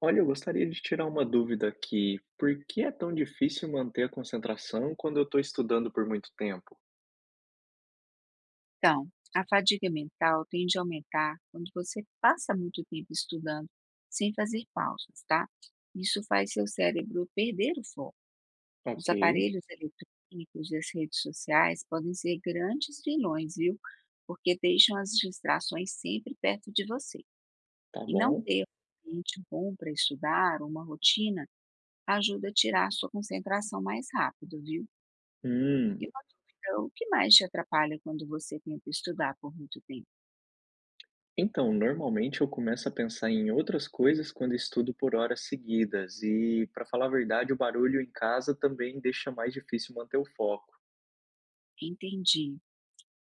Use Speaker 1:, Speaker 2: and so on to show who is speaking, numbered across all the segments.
Speaker 1: Olha, eu gostaria de tirar uma dúvida aqui. Por que é tão difícil manter a concentração quando eu estou estudando por muito tempo?
Speaker 2: Então, a fadiga mental tende a aumentar quando você passa muito tempo estudando sem fazer pausas, tá? Isso faz seu cérebro perder o foco. Os
Speaker 1: Ok,
Speaker 2: aparelhos eletrônicos e as redes sociais podem ser grandes vilões, viu? Porque deixam as distrações sempre perto de você.
Speaker 1: tá
Speaker 2: E não
Speaker 1: bom.
Speaker 2: ter um ambiente bom para estudar, ou uma rotina, ajuda a tirar a sua concentração mais rápido, viu? E
Speaker 1: Hum,
Speaker 2: uma dúvida, o que mais te atrapalha quando você tenta estudar por muito tempo?
Speaker 1: então, normalmente eu começo a pensar em outras coisas quando estudo por horas seguidas, e para falar a verdade, o barulho em casa também deixa mais difícil manter o foco.
Speaker 2: Entendi.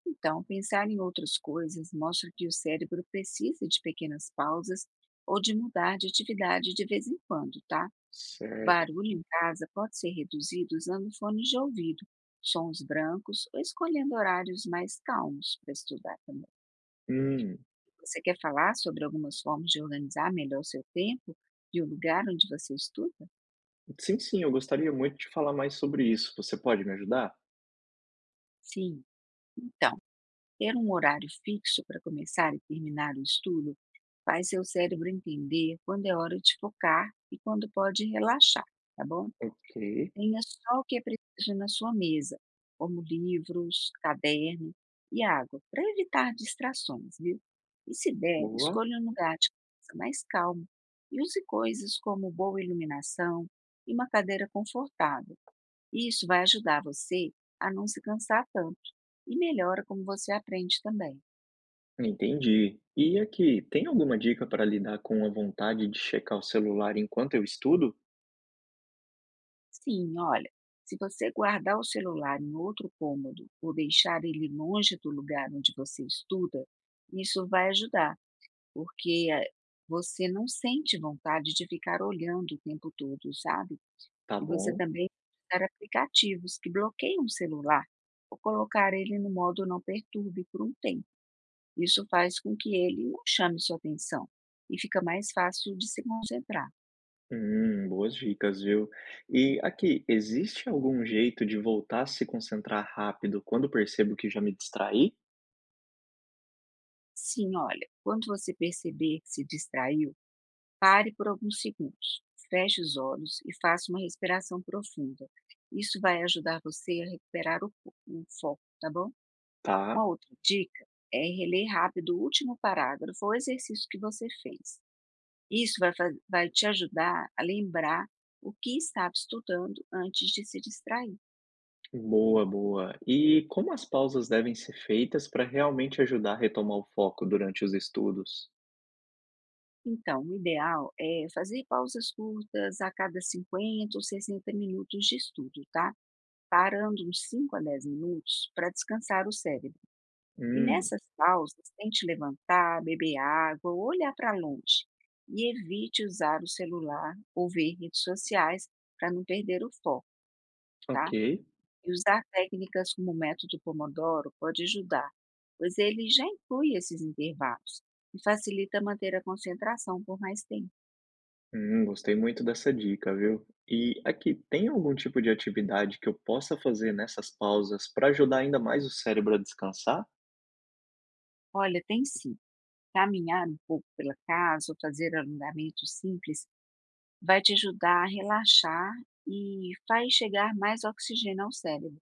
Speaker 2: Então, pensar em outras coisas mostra que o cérebro precisa de pequenas pausas ou de mudar de atividade de vez em quando, tá?
Speaker 1: Certo.
Speaker 2: Barulho em casa pode ser reduzido usando fones de ouvido, sons brancos ou escolhendo horários mais calmos para estudar também.
Speaker 1: Hum,
Speaker 2: Você quer falar sobre algumas formas de organizar melhor seu tempo e o lugar onde você estuda?
Speaker 1: sim, sim, eu gostaria muito de falar mais sobre isso. Você pode me ajudar?
Speaker 2: Sim. Então, ter um horário fixo para começar e terminar o estudo faz seu cérebro entender quando é hora de focar e quando pode relaxar, tá bom?
Speaker 1: Ok,
Speaker 2: Tenha só o que é preciso na sua mesa, como livros, caderno e água, para evitar distrações, viu? E se der,
Speaker 1: boa.
Speaker 2: escolha um lugar de conversa mais calmo e use coisas como boa iluminação e uma cadeira confortável. Isso vai ajudar você a não se cansar tanto e melhora como você aprende também.
Speaker 1: Entendi. E aqui, tem alguma dica para lidar com a vontade de checar o celular enquanto eu estudo?
Speaker 2: Sim, olha, se você guardar o celular em outro cômodo ou deixar ele longe do lugar onde você estuda, isso vai ajudar, porque você não sente vontade de ficar olhando o tempo todo, sabe?
Speaker 1: Tá
Speaker 2: E você
Speaker 1: bom.
Speaker 2: também pode usar aplicativos que bloqueiam o celular ou colocar ele no modo não perturbe por um tempo. Isso faz com que ele não chame sua atenção e fica mais fácil de se concentrar.
Speaker 1: Boas dicas, viu? E aqui, existe algum jeito de voltar a se concentrar rápido quando percebo que já me distraí?
Speaker 2: Sim, olha, quando você perceber que se distraiu, pare por alguns segundos, feche os olhos e faça uma respiração profunda. Isso vai ajudar você a recuperar o foco, tá bom? Uma
Speaker 1: Tá.
Speaker 2: outra dica é reler rápido o último parágrafo ou exercício que você fez. Isso vai te ajudar a lembrar o que estava estudando antes de se distrair.
Speaker 1: Boa, boa. E como as pausas devem ser feitas para realmente ajudar a retomar o foco durante os estudos?
Speaker 2: Então, o ideal é fazer pausas curtas a cada 50 ou 60 minutos de estudo, tá? Parando uns 5 a 10 minutos para descansar o cérebro. E
Speaker 1: Hum,
Speaker 2: nessas pausas, tente levantar, beber água ou olhar para longe. E evite usar o celular ou ver redes sociais para não perder o foco, tá?
Speaker 1: ok.
Speaker 2: E usar técnicas como o método Pomodoro pode ajudar, pois ele já inclui esses intervalos e facilita manter a concentração por mais tempo.
Speaker 1: Gostei muito dessa dica, viu? E aqui, tem algum tipo de atividade que eu possa fazer nessas pausas para ajudar ainda mais o cérebro a descansar?
Speaker 2: Olha, tem sim. Caminhar um pouco pela casa ou fazer alongamentos simples vai te ajudar a relaxar e faz chegar mais oxigênio ao cérebro.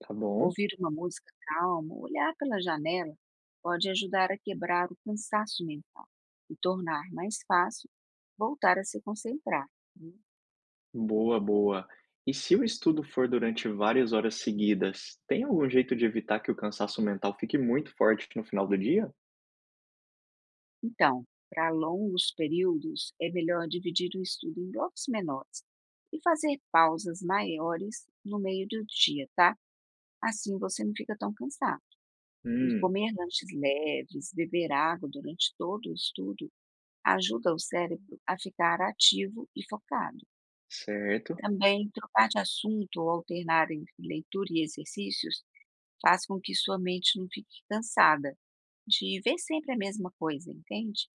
Speaker 1: Tá bom,
Speaker 2: Ouvir uma música calma, olhar pela janela pode ajudar a quebrar o cansaço mental e tornar mais fácil voltar a se concentrar. Hum,
Speaker 1: boa, boa. E se o estudo for durante várias horas seguidas, tem algum jeito de evitar que o cansaço mental fique muito forte no final do dia?
Speaker 2: Então, para longos períodos, é melhor dividir o estudo em blocos menores e fazer pausas maiores no meio do dia, tá? Assim você não fica tão cansado. E
Speaker 1: Hum,
Speaker 2: comer lanches leves, beber água durante todo o estudo ajuda o cérebro a ficar ativo e focado.
Speaker 1: certo,
Speaker 2: Também, trocar de assunto ou alternar entre leitura e exercícios faz com que sua mente não fique cansada de ver sempre a mesma coisa, entende?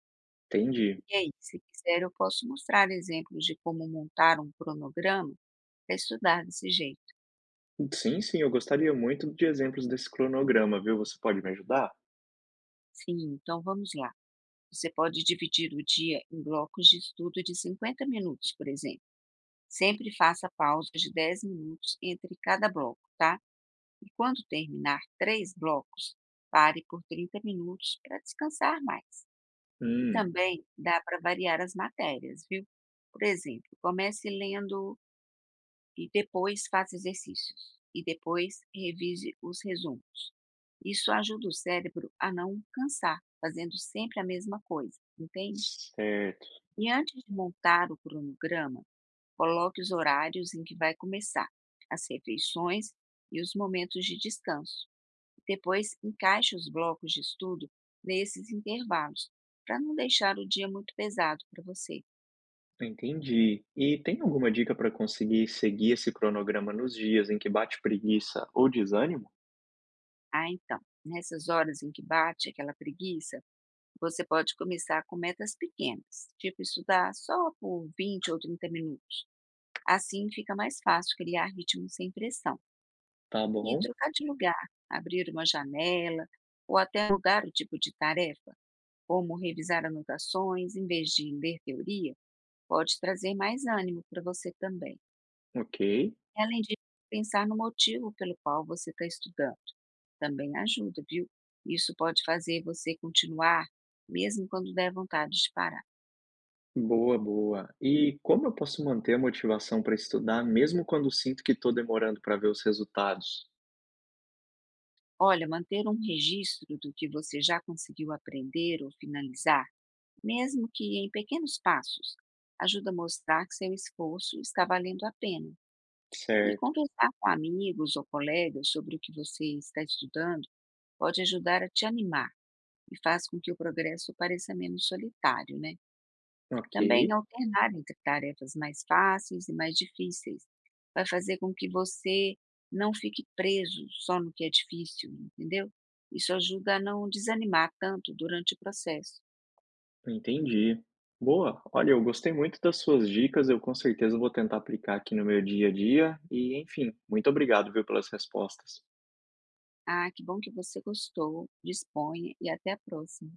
Speaker 1: entendi.
Speaker 2: E aí, se quiser, eu posso mostrar exemplos de como montar um cronograma para estudar desse jeito.
Speaker 1: Sim, sim, eu gostaria muito de exemplos desse cronograma, viu? Você pode me ajudar?
Speaker 2: Sim, então vamos lá. Você pode dividir o dia em blocos de estudo de 50 minutos, por exemplo. Sempre faça pausas de 10 minutos entre cada bloco, tá? E quando terminar três blocos, pare por 30 minutos para descansar mais. E
Speaker 1: Hum,
Speaker 2: também dá para variar as matérias, viu? Por exemplo, comece lendo e depois faça exercícios. E depois revise os resumos. Isso ajuda o cérebro a não cansar, fazendo sempre a mesma coisa, entende?
Speaker 1: certo.
Speaker 2: E antes de montar o cronograma, coloque os horários em que vai começar, as refeições e os momentos de descanso. Depois, encaixe os blocos de estudo nesses intervalos, para não deixar o dia muito pesado para você.
Speaker 1: Entendi. E tem alguma dica para conseguir seguir esse cronograma nos dias em que bate preguiça ou desânimo?
Speaker 2: Ah, então, nessas horas em que bate aquela preguiça, você pode começar com metas pequenas, tipo estudar só por 20 ou 30 minutos. Assim fica mais fácil criar ritmo sem pressão.
Speaker 1: Tá
Speaker 2: E
Speaker 1: bom,
Speaker 2: trocar de lugar, abrir uma janela, ou até mudar o tipo de tarefa, como revisar anotações em vez de ler teoria, pode trazer mais ânimo para você também.
Speaker 1: ok.
Speaker 2: E além de pensar no motivo pelo qual você está estudando, também ajuda, viu. Isso pode fazer você continuar, mesmo quando der vontade de parar.
Speaker 1: Boa, boa. E como eu posso manter a motivação para estudar mesmo quando sinto que estou demorando para ver os resultados?
Speaker 2: Olha, manter um registro do que você já conseguiu aprender ou finalizar, mesmo que em pequenos passos, ajuda a mostrar que seu esforço está valendo a pena. E
Speaker 1: Certo,
Speaker 2: conversar com amigos ou colegas sobre o que você está estudando pode ajudar a te animar e faz com que o progresso pareça menos solitário, né.
Speaker 1: ok.
Speaker 2: Também alternar entre tarefas mais fáceis e mais difíceis vai fazer com que você não fique preso só no que é difícil, entendeu? Isso ajuda a não desanimar tanto durante o processo.
Speaker 1: Entendi. Boa. Olha, eu gostei muito das suas dicas. Eu com certeza vou tentar aplicar aqui no meu dia a dia. E, enfim, muito obrigado, viu, pelas respostas.
Speaker 2: Ah, que bom que você gostou. Disponha e até a próxima.